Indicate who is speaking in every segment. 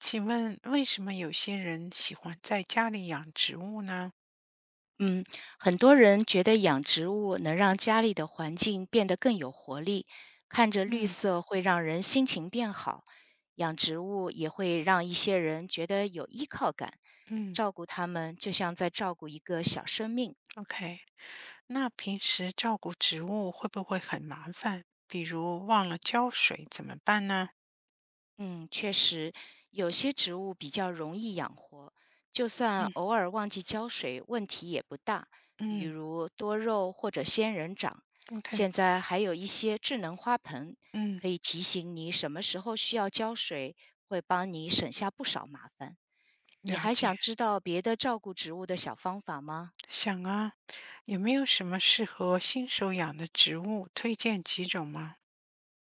Speaker 1: 请问为什么有些人喜欢在家里养植物呢？
Speaker 2: 嗯，很多人觉得养植物能让家里的环境变得更有活力，看着绿
Speaker 1: 嗯
Speaker 2: 色会让人心情变好，养植物也会让一些人觉得有依靠感，
Speaker 1: 嗯
Speaker 2: 照顾它们就像在照顾一个小生命。
Speaker 1: ，OK。那平时照顾植物会不会很麻烦？比如忘了浇水怎么办呢？
Speaker 2: 嗯，确实，有些植物比较容易养活，就算
Speaker 1: 嗯
Speaker 2: 偶尔忘记浇水，问题也不大。比
Speaker 1: 嗯
Speaker 2: 如多肉或者仙人掌，
Speaker 1: ，OK，
Speaker 2: 现在还有一些智能花盆，
Speaker 1: 嗯，
Speaker 2: 可以提醒你什么时候需要浇水，会帮你省下不少麻烦。你
Speaker 1: 了
Speaker 2: 还
Speaker 1: 解。
Speaker 2: 想知道别的照顾植物的小方法吗？
Speaker 1: 想啊，有没有什么适合新手养的植物？推荐几种吗？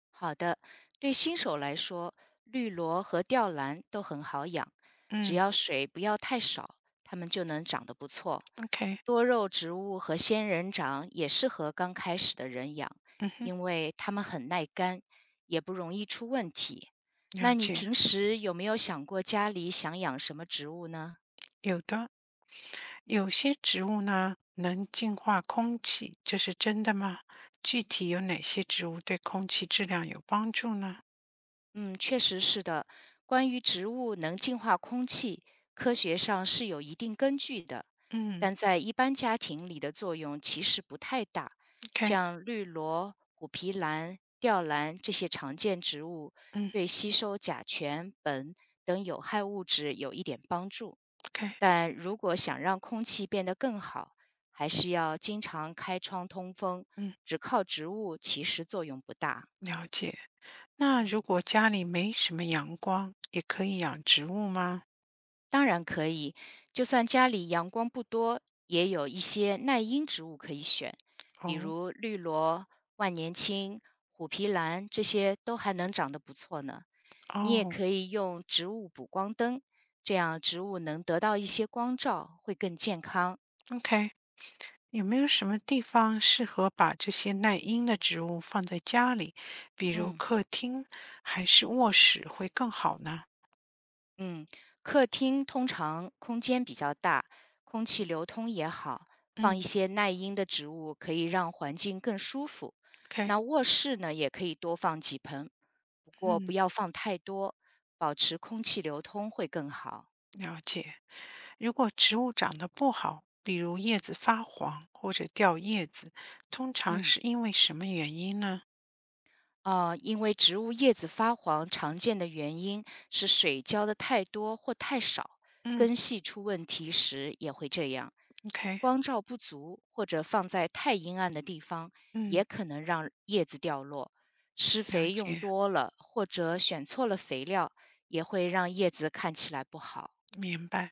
Speaker 2: 好的，对新手来说，绿萝和吊兰都很好养，只
Speaker 1: 嗯
Speaker 2: 要水不要太少，它们就能长得不错。
Speaker 1: ，OK，
Speaker 2: 多肉植物和仙人掌也适合刚开始的人养，
Speaker 1: 嗯哼，
Speaker 2: 因为它们很耐干，也不容易出问题。
Speaker 1: 了
Speaker 2: 那你
Speaker 1: 解。
Speaker 2: 平时有没有想过家里想养什么植物呢？
Speaker 1: 有的，有些植物呢能净化空气，这是真的吗？具体有哪些植物对空气质量有帮助呢？
Speaker 2: 嗯，确实是的。关于植物能净化空气，科学上是有一定根据的，
Speaker 1: 嗯
Speaker 2: 但在一般家庭里的作用其实不太大。
Speaker 1: ，OK，
Speaker 2: 像绿萝、虎皮兰、吊兰这些常见植物，
Speaker 1: 嗯
Speaker 2: 对吸收甲醛、苯等有害物质有一点帮助。
Speaker 1: ，OK，
Speaker 2: 但如果想让空气变得更好，还是要经常开窗通风，
Speaker 1: 嗯，
Speaker 2: 只靠植物其实作用不大。
Speaker 1: 了解。那如
Speaker 2: 嗯。
Speaker 1: 果家里没什么阳光，也可以养植物吗？
Speaker 2: 当然可以，就算家里阳光不多，也有一些耐阴植物可以选，比
Speaker 1: 哦
Speaker 2: 如绿萝、万年青、虎皮兰，这些都还能长得不错呢。你也
Speaker 1: 哦
Speaker 2: 可以用植物补光灯，这样植物能得到一些光照，会更健康。
Speaker 1: ，OK，有没有什么地方适合把这些耐阴的植物放在家里，比如
Speaker 2: 嗯。
Speaker 1: 客厅还是卧室会更好呢？
Speaker 2: 嗯，客厅通常空间比较大，空气流通也好，放一
Speaker 1: 嗯
Speaker 2: 些耐阴的植物可以让环境更舒服。
Speaker 1: ，OK，
Speaker 2: 那卧室呢，也可以多放几盆，不过不
Speaker 1: 嗯。
Speaker 2: 要放太多，保持空气流通会更好。
Speaker 1: 了解。如果植物长得不好，比如叶子发黄或者掉叶子，通常
Speaker 2: 嗯。
Speaker 1: 是因为什么原因呢？
Speaker 2: 因为植物叶子发黄常见的原因是水浇的太多或太少，
Speaker 1: 嗯
Speaker 2: 根系出问题时也会这样。
Speaker 1: ，OK，
Speaker 2: 光照不足或者放在太阴暗的地方，
Speaker 1: 嗯，
Speaker 2: 也可能让叶子掉落。施
Speaker 1: 了
Speaker 2: 肥用
Speaker 1: 解，
Speaker 2: 多了或者选错了肥料，也会让叶子看起来不好。
Speaker 1: 明白。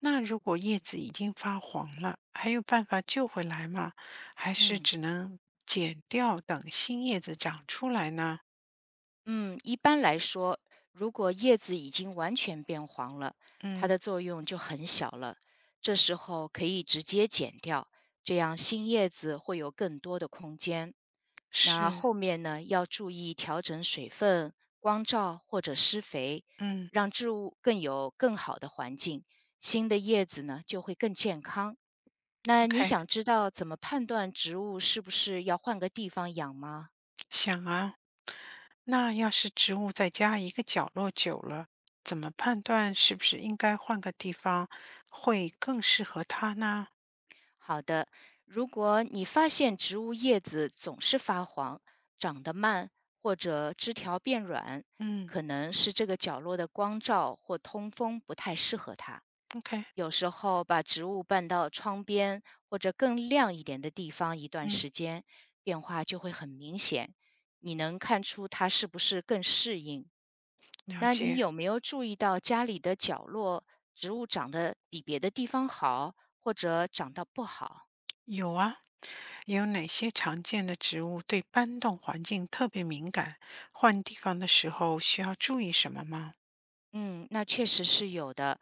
Speaker 1: 那如果叶子已经发黄了，还有办法救回来吗？还是
Speaker 2: 嗯。
Speaker 1: 只能剪掉，等新叶子长出来呢？
Speaker 2: 嗯，一般来说，如果叶子已经完全变黄了，它
Speaker 1: 嗯，
Speaker 2: 的作用就很小了。这时候可以直接剪掉，这样新叶子会有更多的空间。那
Speaker 1: 是，
Speaker 2: 后面呢，要注意调整水分、光照或者施肥，
Speaker 1: 嗯
Speaker 2: 让植物更有更好的环境，新的叶子呢就会更健康。那你
Speaker 1: ，OK，
Speaker 2: 想知道怎么判断植物是不是要换个地方养吗？
Speaker 1: 想啊。那要是植物在家一个角落久了，怎么判断是不是应该换个地方会更适合它呢？
Speaker 2: 好的，如果你发现植物叶子总是发黄、长得慢或者枝条变软，
Speaker 1: 嗯
Speaker 2: 可能是这个角落的光照或通风不太适合它。
Speaker 1: ，OK，
Speaker 2: 有时候把植物搬到窗边或者更亮一点的地方一段
Speaker 1: 嗯，
Speaker 2: 时间，变化就会很明显。你能看出它是不是更适应？
Speaker 1: 了
Speaker 2: 那你
Speaker 1: 解。
Speaker 2: 有没有注意到家里的角落植物长得比别的地方好，或者长得不好？
Speaker 1: 有啊，有哪些常见的植物对搬动环境特别敏感？换地方的时候需要注意什么吗？
Speaker 2: 嗯，那确实是有的。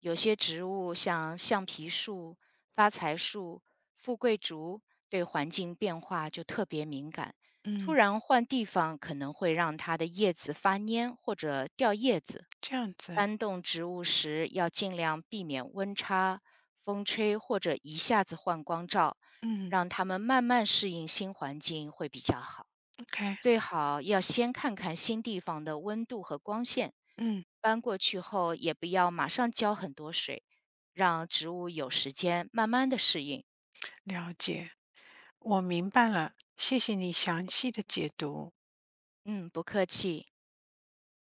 Speaker 2: 有些植物像橡皮树、发财树、富贵竹，对环境变化就特别敏感。
Speaker 1: 嗯，
Speaker 2: 突然换地方，可能会让它的叶子发蔫或者掉叶子。
Speaker 1: 这样子，
Speaker 2: 搬动植物时，要尽量避免温差、风吹或者一下子换光照，
Speaker 1: 嗯
Speaker 2: 让它们慢慢适应新环境会比较好。
Speaker 1: ，OK，
Speaker 2: 最好要先看看新地方的温度和光线，
Speaker 1: 嗯，
Speaker 2: 搬过去后也不要马上浇很多水，让植物有时间慢慢的适应。
Speaker 1: 了解，我明白了，谢谢你详细的解读。
Speaker 2: 嗯，不客气。